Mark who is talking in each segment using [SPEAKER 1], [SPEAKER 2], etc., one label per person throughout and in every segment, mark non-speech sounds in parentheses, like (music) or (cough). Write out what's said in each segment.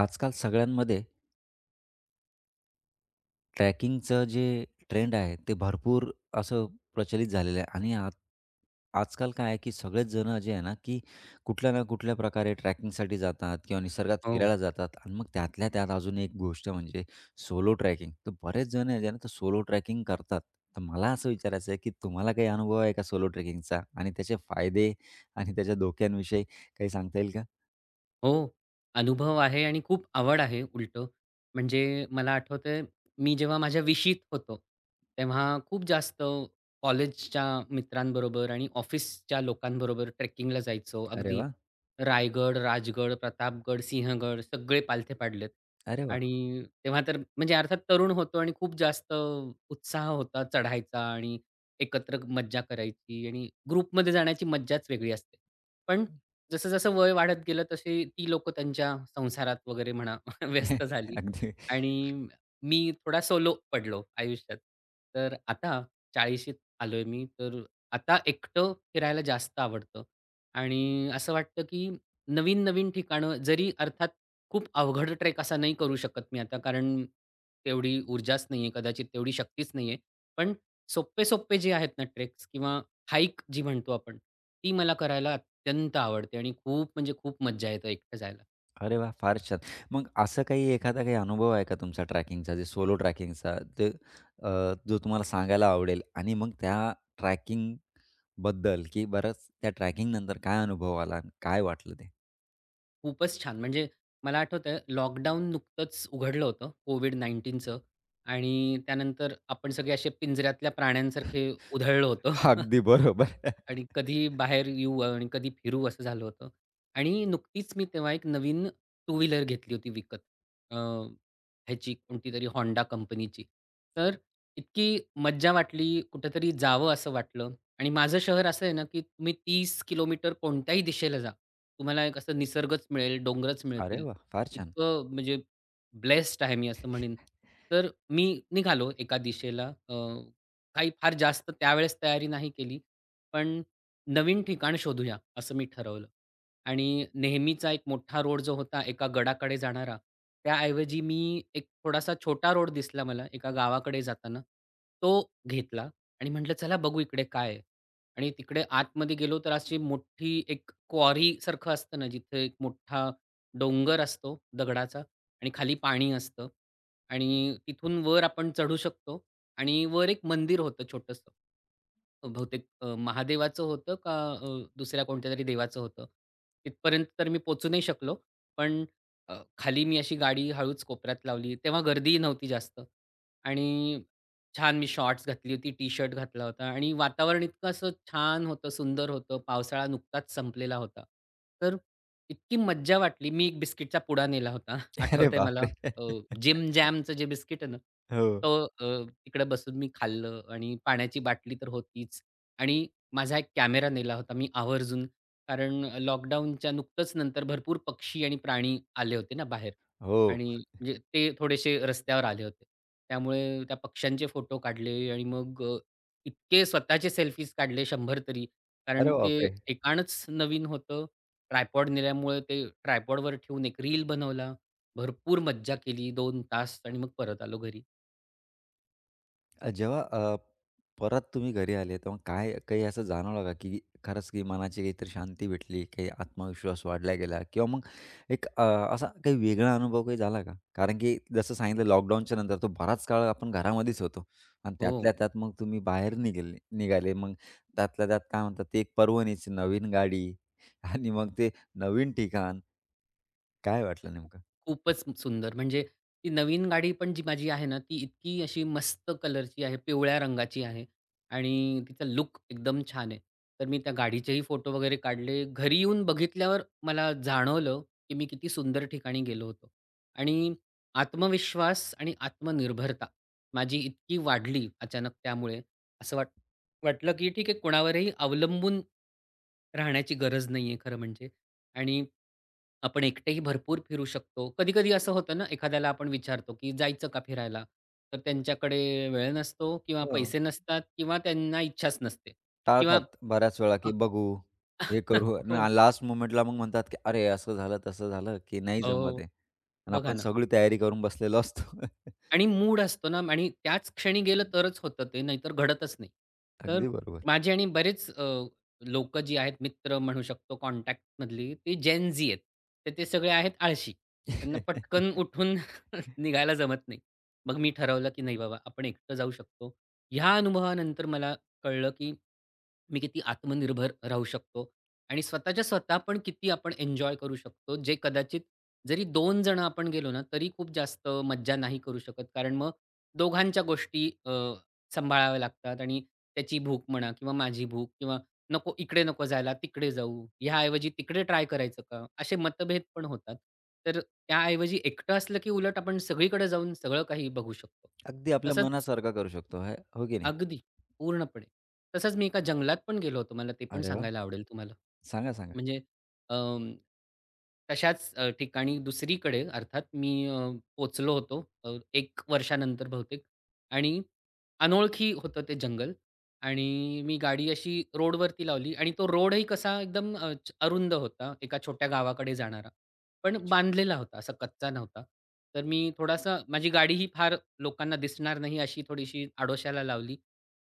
[SPEAKER 1] आजकाल सगळ्यांमध्ये ट्रॅकिंगचं जे ट्रेंड आहे ते भरपूर असं प्रचलित झालेलं आहे आणि आजकाल काय आहे की सगळेच जण जे आहे ना की कुठल्या ना कुठल्या प्रकारे ट्रॅकिंगसाठी जातात किंवा निसर्गात
[SPEAKER 2] हो,
[SPEAKER 1] फिरायला जातात आणि मग त्यातल्या त्यात अजून एक गोष्ट म्हणजे सोलो ट्रॅकिंग. तर बरेच जण आहे जे आहे ना, तर सोलो ट्रॅकिंग करतात. तर मला असं विचारायचं आहे की तुम्हाला काही अनुभव आहे का सोलो ट्रेकिंगचा आणि त्याचे फायदे आणि त्याच्या धोक्यांविषयी काही सांगता येईल का?
[SPEAKER 2] हो. अनुभव आहे आणि खूप आवड आहे उलटं. म्हणजे मला आठवतंय मी जेव्हा माझ्या विशीत होतो, तेव्हा खूप जास्त कॉलेजच्या मित्रांबरोबर आणि ऑफिसच्या लोकांबरोबर ट्रेकिंगला जायचो.
[SPEAKER 1] अरे
[SPEAKER 2] अगदी
[SPEAKER 1] वाह!
[SPEAKER 2] रायगड, राजगड, प्रतापगड, सिंहगड सगळे पालथे पाडलेत.
[SPEAKER 1] अरे वाह!
[SPEAKER 2] आणि तेव्हा तर म्हणजे अर्थात तरुण होतो आणि खूप जास्त उत्साह होता चढायचा आणि एकत्र मज्जा करायची आणि ग्रुपमध्ये जाण्याची मज्जाच वेगळी असते. पण जसं-जसं वय वाढत गेलं तशी ती लोकं त्यांच्या संसारात वगैरे म्हणा (laughs) व्यस्त
[SPEAKER 1] (laughs)
[SPEAKER 2] झाली
[SPEAKER 1] अगदी.
[SPEAKER 2] आणि मी थोडा सोलो पडलो आयुष्यात. तर आता 40शीत आलोय मी, तर आता एकटं फिरायला जास्त आवडतं आणि असं वाटतं, की नवीन-नवीन ठिकाणं जरी अर्थात खूप अवघड ट्रेक असा नाही करू शकत मी आता, कारण तेवढी ऊर्जाच नाहीये, कदाचित तेवढी शक्तीच नाहीये. पण सोप्पे-सोप्पे जे आहेत ना ट्रेक्स किंवा हाईक जी म्हणतो आपण, ती मला करायला अत्यंत आवडते आणि खूप म्हणजे खूप मज्जा येते एकटं जायला.
[SPEAKER 1] अरे वाह! फार छान. मग असं काही एखादा काही अनुभव आहे का तुमचा ट्रॅकिंगचा, जे सोलो ट्रॅकिंगचा अ, जो तुम्हाला सांगायला आवडेल? आणि मग त्या ट्रॅकिंगबद्दल की बरंच त्या ट्रॅकिंगनंतर काय अनुभव आला आणि काय वाटलं ते?
[SPEAKER 2] खूपच छान! म्हणजे मला आठवतंय लॉकडाऊन नुकतंच उघडलं होतं कोव्हिड-19चं आणि त्यानंतर आपण सगळे असे पिंजऱ्यातल्या प्राण्यांसारखे उधळलं होतो (laughs)
[SPEAKER 1] अगदी बरोबर. (laughs)
[SPEAKER 2] आणि कधी बाहेर येऊ आणि कधी फिरू असं झालं होतं. आणि नुकतीच मी तेव्हा एक नवीन टू व्हीलर घेतली होती विकत. ह्याची कोणतीतरी Honda कंपनीची. तर इतकी मज्जा वाटली, कुठेतरी जावं असं वाटलं आणि माझं शहर असं आहे ना, की तुम्ही 30 किलोमीटर कोणत्याही दिशेला जा. तुम्हाला एक असं निसर्गच मिळेल, डोंगरच
[SPEAKER 1] अरे
[SPEAKER 2] मिळतील.
[SPEAKER 1] वाह! फार छान.
[SPEAKER 2] इतकं म्हणजे ब्लेस्ड आहे मी असं म्हणेन. तर मी निघालो एका दिशेला. काही फार जास्त त्यावेळेस तयारी नाही केली. पण नवीन ठिकाण शोधूया असं मी ठरवलं. आणि नेहमीचा एक मोठा रोड जो होता एका गडाकडे जाणारा, त्याऐवजी मी एक थोडासा छोटा रोड दिसला मला एका गावाकडे जाताना. तो घेतला आणि म्हटलं, "चला बघू इकडे काय आहे?" आणि तिकडे आतमध्ये गेलो तर अशी मोठी एक क्वॉरीसारखं असतं ना, जिथे एक मोठा डोंगर असतो दगडाचा आणि खाली पाणी असतं आणि तिथून वर आपण चढू शकतो आणि वर एक मंदिर होतं छोटंसं. बहुतेक महादेवाचं होतं का दुसऱ्या कोणत्यातरी देवाचं होतं. तिथपर्यंत तर मी पोहचू नाही शकलो. पण खाली मी अशी गाडी हळूच कोपऱ्यात लावली. तेव्हा गर्दीही नव्हती जास्त आणि छान मी शॉर्ट्स घातली होती, टी-शर्ट घातला होता आणि वातावरण इतकं असं छान होतं, सुंदर होतं. पावसाळा नुकताच संपलेला होता. तर इतकी मज्जा वाटली. मी एक बिस्किटचा पुडा नेला होता. (laughs)
[SPEAKER 1] (laughs) अरे
[SPEAKER 2] आठवतंय
[SPEAKER 1] बापरे!
[SPEAKER 2] अ,
[SPEAKER 1] (laughs)
[SPEAKER 2] जिम जॅमचं जे बिस्किट आहे ना,
[SPEAKER 1] हो.
[SPEAKER 2] तो तिकडे बसून मी खाल्लं आणि पाण्याची बाटली तर होतीच आणि माझा एक कॅमेरा नेला होता मी आवर्जून. कारण लॉकडाऊनच्या नुकतंच नंतर भरपूर पक्षी आणि प्राणी आले होते ना बाहेर
[SPEAKER 1] हो.
[SPEAKER 2] आणि म्हणजे ते थोडेसे रस्त्यावर आले होते. त्यामुळे त्या पक्ष्यांचे फोटो काढले आणि मग इतके स्वतःचे सेल्फीज काढले 100 तरी.
[SPEAKER 1] अरे
[SPEAKER 2] कारण ते
[SPEAKER 1] बापरे!
[SPEAKER 2] ठिकाणच नवीन होतं. ट्रायपॉड नेल्यामुळे ते ट्रायपॉडवर ठेवून एक रील बनवला. भरपूर मज्जा केली 2 तास आणि मग परत आलो घरी.
[SPEAKER 1] अ, जेव्हा अ, परत तुम्ही घरी आले तेव्हा काय काही असं जाणवलं का की खरंच की मनाची काहीतरी शांती भेटली, काही आत्मविश्वास वाढला गेला किंवा मग एक अ, असा काही वेगळा अनुभव काही झाला का? कारण की जसं सांगितलं लॉकडाऊनच्या नंतर तो बराच काळ आपण घरामध्येच होतो आणि
[SPEAKER 2] हो.
[SPEAKER 1] त्यातल्या त्यात मग तुम्ही बाहेर निघाले निघाले. मग त्यातल्या त्यात काय म्हणतात ते एक पर्वणीची नवीन गाडी आणि मग ते नवीन ठिकाण. काय वाटलं नेमकं?
[SPEAKER 2] खूपच सुंदर. म्हणजे ती नवीन गाडी पण जी माझी आहे ना, ती इतकी अशी मस्त कलरची आहे, पिवळ्या रंगाची आहे आणि तिचा लुक एकदम छान आहे. तर मी त्या गाडीचेही फोटो वगैरे काढले. घरी येऊन बघितल्यावर मला जाणवलं, की मी किती सुंदर ठिकाणी गेलो होतो आणि आत्मविश्वास आणि आत्मनिर्भरता माझी इतकी वाढली अचानक त्यामुळे, असं वाटलं, की ठीक आहे कोणावरही अवलंबून राहण्याची गरज नाहीये खरं म्हणजे आणि आपण एकटेही भरपूर फिरू शकतो. कधी-कधी असं होतं ना, एखाद्याला आपण विचारतो, की "जायचं का फिरायला?" तर त्यांच्याकडे वेळ नसतो किंवा पैसे नसतात किंवा त्यांना इच्छाच नसते किंवा
[SPEAKER 1] टाळतात बऱ्याच वेळा,
[SPEAKER 2] अ,
[SPEAKER 1] की बघू, हे करू
[SPEAKER 2] (laughs) हो,
[SPEAKER 1] आणि लास्ट मोमेंटला मग म्हणतात, की "अरे, असं झालं, तसं झालं, की नाही जमत
[SPEAKER 2] हो,
[SPEAKER 1] आहे." आणि
[SPEAKER 2] बघा
[SPEAKER 1] आपण
[SPEAKER 2] ना.
[SPEAKER 1] सगळी तयारी करून बसलेलो असतो. (laughs)
[SPEAKER 2] आणि मूड असतो ना आणि त्याच क्षणी गेलं तरच होतं ते, नाहीतर घडतच नाही. तर
[SPEAKER 1] अगदी बरोबर.
[SPEAKER 2] माझे आणि बरेच जी आहेत, मित्र म्हणू शकतो कॉन्टॅक्टमधली, ती जेन झी आहेत. तर ते सगळे आहेत आळशी. त्यांना पटकन
[SPEAKER 1] (laughs)
[SPEAKER 2] उठून (laughs) निघायला जमत नाही. मग मी ठरवलं, की नाही बाबा आपण एकटं जाऊ शकतो. ह्या अनुभवानंतर मला कळलं, की मी किती आत्मनिर्भर राहू शकतो आणि स्वतःच्या स्वतः पण किती आपण एन्जॉय करू शकतो जे कदाचित जरी दोन जण आपण गेलो ना तरी खूप जास्त मज्जा नाही करू शकत कारण मग दोघांच्या गोष्टी सांभाळाव्या लागतात आणि त्याची भूक म्हणा किंवा माझी भूक किंवा नको इकडे नको जायला तिकडे जाऊ ह्याऐवजी तिकडे ट्राय करायचं का असे मतभेद पण होतात तर त्याऐवजी एकटं असलं की उलट आपण सगळीकडे जाऊन सगळं काही बघू शकतो
[SPEAKER 1] अगदी आपल्या
[SPEAKER 2] तसंच
[SPEAKER 1] मनासारखा करू शकतो. हे हो की नाही?
[SPEAKER 2] अगदी, पूर्णपणे. तसंच मी एका जंगलात पण गेलो होतो. मला ते पण
[SPEAKER 1] अरे वा
[SPEAKER 2] सांगायला आवडेल तुम्हाला.
[SPEAKER 1] सांगा, सांगा.
[SPEAKER 2] म्हणजे अं, तशाच ठिकाणी दुसरीकडे अर्थात मी पोहोचलो होतो 1 वर्षानंतर बहुतेक आणि अनोळखी होतं ते जंगल आणि मी गाडी अशी रोडवरती लावली आणि तो रोडही कसा एकदम अरुंद होता, एका छोट्या गावाकडे जाणारा. पण
[SPEAKER 1] अच्छा,
[SPEAKER 2] बांधलेला होता, असा कच्चा नव्हता. तर मी थोडासा माझी गाडी ही फार लोकांना दिसणार नाही अशी थोडीशी आडोशाला लावली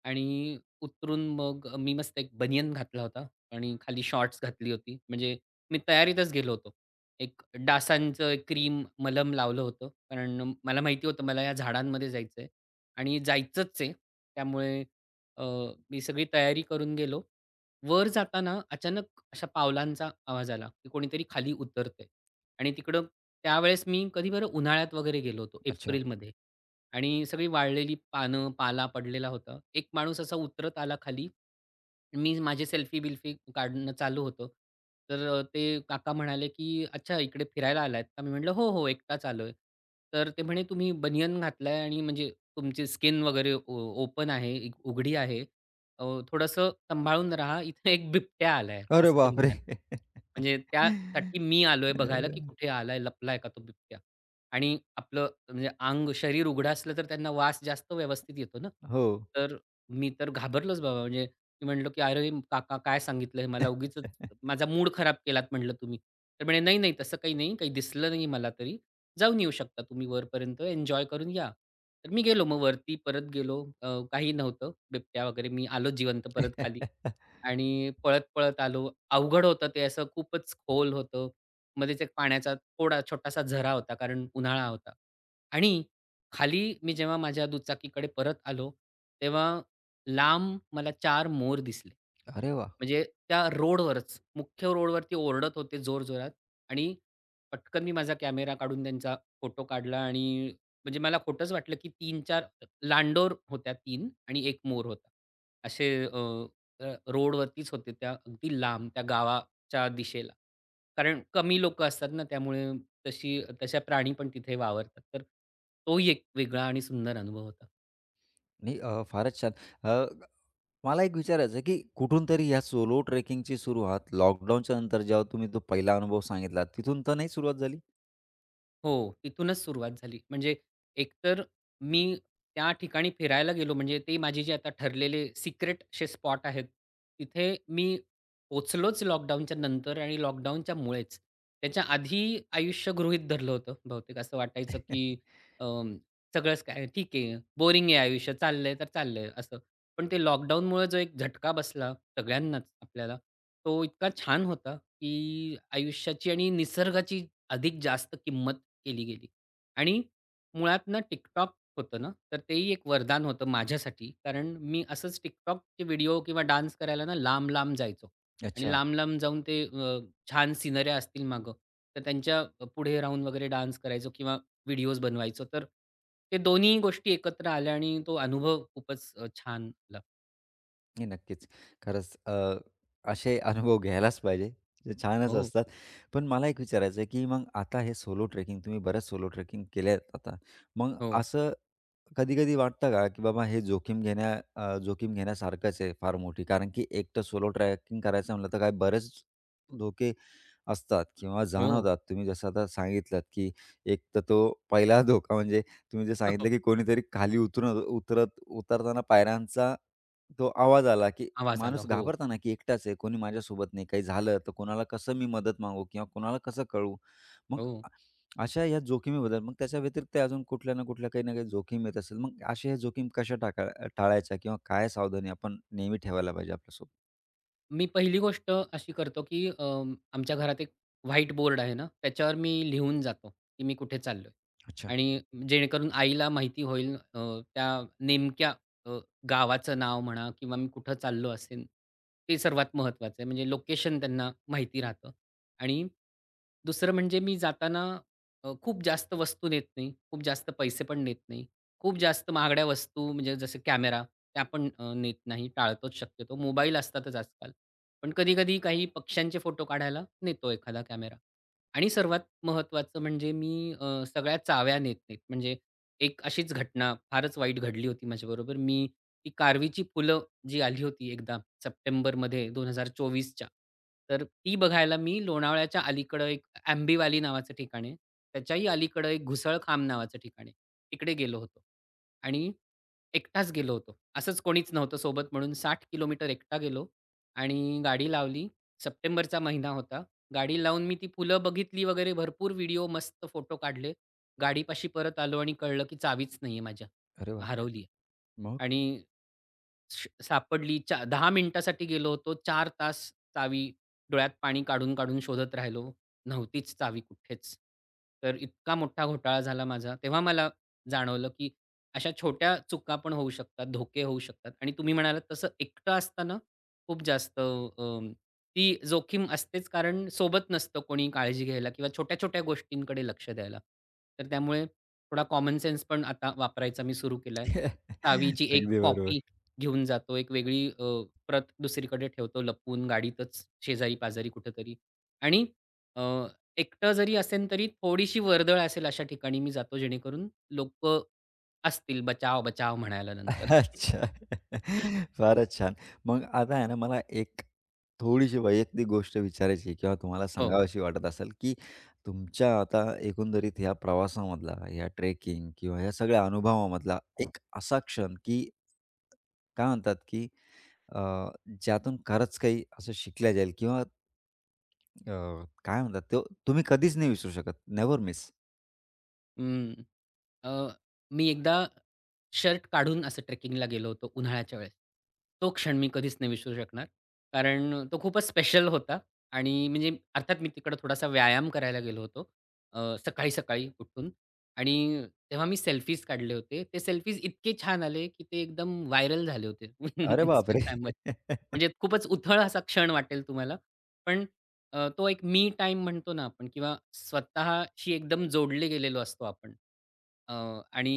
[SPEAKER 2] आणि उतरून मग मी मस्त एक बनियन घातला होता आणि खाली शॉर्ट्स घातली होती. म्हणजे मी तयारीतच गेलो होतो. एक डासांचं एक क्रीम मलम लावलं होतं. कारण मला माहिती होतं मला या झाडांमध्ये जायचंय आणि जायचंच आहे. त्यामुळे अ, मी सगळी तयारी करून गेलो. वर जाताना अचानक अशा पावलांचा आवाज आला, की कोणीतरी खाली उतरतंय आणि तिकडं त्यावेळेस मी कधी बरं उन्हाळ्यात वगैरे गेलो होतो
[SPEAKER 1] अच्छा.
[SPEAKER 2] एप्रिलमध्ये. आणि सगळी वाळलेली पानं, पाला पडलेला होता. एक माणूस असा उतरत आला खाली. मी माझे सेल्फी-बिल्फी काढणं चालू होतं. तर ते काका म्हणाले, की "अच्छा इकडे फिरायला आलायत का?" मी म्हटलं, "हो, हो, एकटाच आलोय." तर ते म्हणे, "तुम्ही बनियन घातलाय आणि म्हणजे तुमची स्किन वगैरे ओपन आहे, उघडी आहे. अ, थोडंसं सांभाळून राहा. इथे एक बिबट्या आलाय."
[SPEAKER 1] अरे
[SPEAKER 2] असं ते
[SPEAKER 1] बापरे!
[SPEAKER 2] म्हणाले. म्हणजे त्यासाठी
[SPEAKER 1] (laughs)
[SPEAKER 2] मी आलोय बघायला, की
[SPEAKER 1] अ,
[SPEAKER 2] कुठे आलाय, लपलाय का तो बिबट्या? आणि आपलं म्हणजे अंग, शरीर उघडं असलं तर त्यांना वास जास्त व्यवस्थित येतो ना.
[SPEAKER 1] हो.
[SPEAKER 2] तर मी तर घाबरलोच बाबा. म्हणजे मी म्हटलं, की "अरे काका काय सांगितलं हे मला? उगीचच माझा मूड खराब केलात म्हटलं तुम्ही." तर म्हणे, "नाही, नाही तसं काही नाही. काही दिसलं नाही मला तरी. जाऊन येऊ शकता तुम्ही वरपर्यंत. एन्जॉय करून या." तर मी गेलो मग वरती परत गेलो. काही नव्हतं. बिबट्या वगैरे. मी आलो जिवंत परत खाली.
[SPEAKER 1] (laughs)
[SPEAKER 2] आणि पळत-पळत आलो. अवघड होतं ते असं खूपच खोल होतं. मध्येच एक पाण्याचा थोडा छोटासा झरा होता कारण उन्हाळा होता. आणि खाली मी जेव्हा माझ्या दुचाकीकडे परत आलो, तेव्हा लांब मला चार मोर दिसले.
[SPEAKER 1] अरे वाह!
[SPEAKER 2] म्हणजे त्या रोडवरच मुख्य रोडवरती ओरडत होते जोरजोरात आणि पटकन मी माझा कॅमेरा काढून त्यांचा फोटो काढला आणि म्हणजे मला खोटंच वाटलं की 3-4 लांडोर होत्या 3 आणि 1 मोर होता. असे रोडवरतीच होते त्या अगदी लांब त्या गावाच्या दिशेला. कारण कमी लोकं असतात ना त्यामुळे तशी तशा प्राणी पण तिथे वावरतात. तर तोही एक वेगळा आणि सुंदर अनुभव होता.
[SPEAKER 1] नाही फारच छान. अ मला एक विचारायचं आहे, की कुठून तरी या सोलो ट्रेकिंगची सुरुवात लॉकडाऊनच्या नंतर जेव्हा तुम्ही तो पहिला अनुभव सांगितला, तिथून तर नाही सुरुवात झाली?
[SPEAKER 2] हो, तिथूनच सुरुवात झाली. म्हणजे एकतर मी त्या ठिकाणी फिरायला गेलो म्हणजे ते माझे जे आता ठरलेले सिक्रेट असे स्पॉट आहेत, तिथे मी पोहोचलोच लॉकडाऊनच्या नंतर आणि लॉकडाऊनच्या मुळेच. त्याच्या आधी आयुष्य गृहीत धरलं होतं बहुतेक. असं वाटायचं की
[SPEAKER 1] (laughs)
[SPEAKER 2] अ, सगळंच काय ठीक आहे, बोरिंग आहे आयुष्य, चाललंय तर चाललंय असं. पण ते लॉकडाऊनमुळे जो एक झटका बसला सगळ्यांनाच आपल्याला, तो इतका छान होता की आयुष्याची आणि निसर्गाची अधिक जास्त किंमत केली गेली. आणि मुळात ना TikTok होतं ना, तर तेही एक वरदान होतं माझ्यासाठी. कारण मी असंच TikTokचे व्हिडिओ किंवा डान्स करायला ना लांब-लांब जायचो. आणि
[SPEAKER 1] अच्छा.
[SPEAKER 2] लांब-लांब जाऊन ते छान सिनऱ्या असतील मागं, तर त्यांच्या पुढे राहून वगैरे डान्स करायचो किंवा व्हिडिओज बनवायचो. तर ते दोन्ही गोष्टी एकत्र आल्या आणि तो अनुभव खूपच छान आला.
[SPEAKER 1] नाही, नक्कीच. खरंच असे अनुभव घ्यायलाच पाहिजे. ते छानच
[SPEAKER 2] हो,
[SPEAKER 1] असतात. पण मला एक विचारायचं आहे, की मग आता हे सोलो ट्रेकिंग तुम्ही बऱ्याच सोलो ट्रेकिंग केल्यात आता. मग
[SPEAKER 2] हो,
[SPEAKER 1] असं कधी-कधी वाटतं का, की बाबा हे जोखीम घेण्यासारखंच आहे फार मोठी. कारण की एकटं सोलो ट्रॅकिंग करायचं म्हटलं तर काय बरेच धोके असतात किंवा
[SPEAKER 2] हो.
[SPEAKER 1] जाणवतात. तुम्ही जसं आता सांगितलंत, की एक तर तो पहिला धोका म्हणजे तुम्ही जे सांगितलं, की
[SPEAKER 2] (laughs)
[SPEAKER 1] कोणीतरी खाली उतरून उतरताना पायऱ्यांचा तो आवाज आला, की
[SPEAKER 2] आवाज आला.
[SPEAKER 1] माणूस
[SPEAKER 2] हो,
[SPEAKER 1] घाबरताना, की एकटाच आहे, कोणी माझ्यासोबत नाही, काही झालं तर कोणाला कसं मी मदत मागू किंवा कोणाला कसं कळवू? मग
[SPEAKER 2] हो.
[SPEAKER 1] अशा या जोखमीबद्दल मग त्याच्या व्यतिरिक्त अजून कुठल्या ना कुठल्या काही ना काही जोखीम येत असेल. मग अशा ह्या जोखीम कशा टाका टाळायच्या किंवा काय सावधानी आपण नेहमी ठेवायला पाहिजे आपल्यासोबत?
[SPEAKER 2] मी पहिली गोष्ट अशी करतो, की आमच्या घरात एक व्हाईट बोर्ड आहे ना, त्याच्यावर मी लिहून जातो, की मी कुठे चाललोय
[SPEAKER 1] अच्छा.
[SPEAKER 2] आणि जेणेकरून आईला माहिती होईल त्या नेमक्या अ, गावाचं नाव म्हणा किंवा मी कुठं चाललो असेन, ते सर्वात महत्त्वाचं आहे. म्हणजे लोकेशन त्यांना माहिती राहतं आणि दुसरं म्हणजे मी जाताना खूप जास्त वस्तू नेत नाही, खूप जास्त पैसे पण नेत नाही. खूप जास्त महागड्या वस्तू म्हणजे जसं कॅमेरा त्या पण नेत नाही, टाळतोच शक्यतो. मोबाईल असतातच आजकाल. पण कधी-कधी काही पक्ष्यांचे फोटो काढायला नेतो एखादा कॅमेरा. आणि सर्वात महत्त्वाचं म्हणजे मी सगळ्या चाव्या नेत नाहीत. म्हणजे एक अशीच घटना फारच वाईट घडली होती माझ्याबरोबर. मी ती कारवीची फुलं जी आली होती एकदा सप्टेंबरमध्ये 2024च्या तर ती बघायला मी लोणावळ्याच्या अलीकडं एक आंबीवाली नावाचं ठिकाण आहे. त्याच्याही अलीकडं एक घुसळखांब नावाचं ठिकाण आहे. तिकडे गेलो होतो. आणि एकटाच गेलो होतो. असंच कोणीच नव्हतं सोबत म्हणून 60 किलोमीटर एकटा गेलो आणि गाडी लावली. सप्टेंबरचा महिना होता. गाडी लावून मी ती फुलं बघितली वगैरे भरपूर व्हिडिओ मस्त फोटो काढले. गाडीपाशी परत आलो आणि कळलं की चावीच नाहीये माझ्या.
[SPEAKER 1] अरे बापरे!
[SPEAKER 2] हरवली
[SPEAKER 1] मग?
[SPEAKER 2] आणि सापडली. 10 मिनिटासाठी गेलो होतो. 4 तास चावी डोळ्यात पाणी काढून, काढून शोधत राहिलो. नव्हतीच चावी कुठेच. तर इतका मोठा घोटाळा झाला माझा. तेव्हा मला जाणवलं, की अशा छोट्या चुका पण होऊ शकतात, धोके होऊ शकतात. आणि तुम्ही म्हणालात तसं एकटं असताना खूप जास्त ती जोखीम असतेच कारण सोबत नसतं कोणी काळजी घ्यायला किंवा छोट्या-छोट्या गोष्टींकडे लक्ष द्यायला. तर त्यामुळे थोडा कॉमन सेन्स पण आता वापरायचा मी सुरू केलाय. चावीची
[SPEAKER 1] (laughs)
[SPEAKER 2] एक
[SPEAKER 1] अगदी बरोबर.
[SPEAKER 2] कॉपी घेऊन जातो. एक वेगळी प्रत दुसरीकडे ठेवतो लपवून गाडीतच शेजारी-पाजारी कुठेतरी आणि अ, एकटं जरी असेन तरी थोडीशी वर्दळ असेल अशा ठिकाणी मी जातो जेणेकरून लोकं असतील बचाव, बचाव म्हणायला नंतर.
[SPEAKER 1] अच्छा.
[SPEAKER 2] (laughs)
[SPEAKER 1] फारच छान. मग आता आहे ना मला एक थोडीशी वैयक्तिक गोष्ट विचारायची किंवा तुम्हाला
[SPEAKER 2] हो.
[SPEAKER 1] सांगावीशी वाटत असेल, की तुमच्या आता एकंदरीत ह्या प्रवासामधला, ह्या ट्रेकिंग किंवा ह्या सगळ्या अनुभवामधला एक असा क्षण, की काय म्हणतात, की अ, ज्यातून खरंच काही असं शिकल्या जाईल किंवा अ, काय म्हणतात तो तुम्ही कधीच नाही विसरू शकत. Never miss.
[SPEAKER 2] हं. अ, मी एकदा शर्ट काढून असं ट्रेकिंगला गेलो होतो उन्हाळ्याच्या वेळेस. तो क्षण मी कधीच नाही विसरू शकणार. कारण तो खूपच स्पेशल होता आणि म्हणजे अर्थात मी तिकडे थोडासा व्यायाम करायला गेलो होतो. सकाळी-सकाळी उठून आणि तेव्हा मी सेल्फीज काढले होते. ते सेल्फीज इतके छान आले, की ते एकदम व्हायरल झाले होते (laughs)
[SPEAKER 1] अरे बापरे!
[SPEAKER 2] Instagramवर.
[SPEAKER 1] (laughs)
[SPEAKER 2] म्हणजे खूपच उथळ असा क्षण वाटेल तुम्हाला, पण तो एक मी टाईम म्हणतो ना आपण किंवा स्वतःशी एकदम जोडले गेलेलो असतो आपण. अ, आणि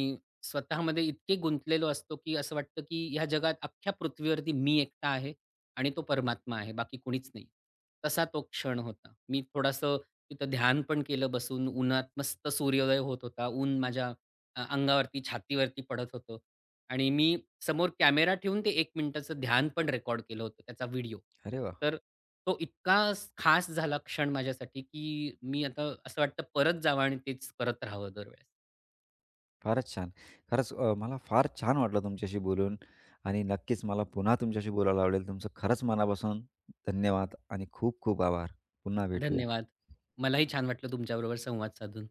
[SPEAKER 2] स्वतःमध्ये इतके गुंतलेलो असतो, की असं वाटतं, की ह्या जगात अख्ख्या पृथ्वीवरती मी एकटा आहे आणि तो परमात्मा आहे, बाकी कुणीच नाही. तसा तो क्षण होता. मी थोडंसं तिथं ध्यान पण केलं बसून. उन्हात मस्त सूर्योदय होत होता. ऊन माझ्या अंगावरती, छातीवरती पडत होतं. आणि मी समोर कॅमेरा ठेवून ते 1 मिनिटाचं ध्यान पण रेकॉर्ड केलं होतं, त्याचा व्हिडिओ.
[SPEAKER 1] अरे वाह!
[SPEAKER 2] तर तो इतका खास झाला क्षण माझ्यासाठी, की मी आता असं वाटतं परत जावं आणि तेच करत राहावं दरवेळेस.
[SPEAKER 1] फारच छान. खरंच मला फार छान वाटलं तुमच्याशी बोलून आणि नक्कीच मला पुन्हा तुमच्याशी बोलायला आवडेल. तुमचं खरंच मनापासून धन्यवाद आणि खूप खूप आभार. पुन्हा भेटूया.
[SPEAKER 2] धन्यवाद. मलाही छान वाटलं तुमच्याबरोबर संवाद साधून.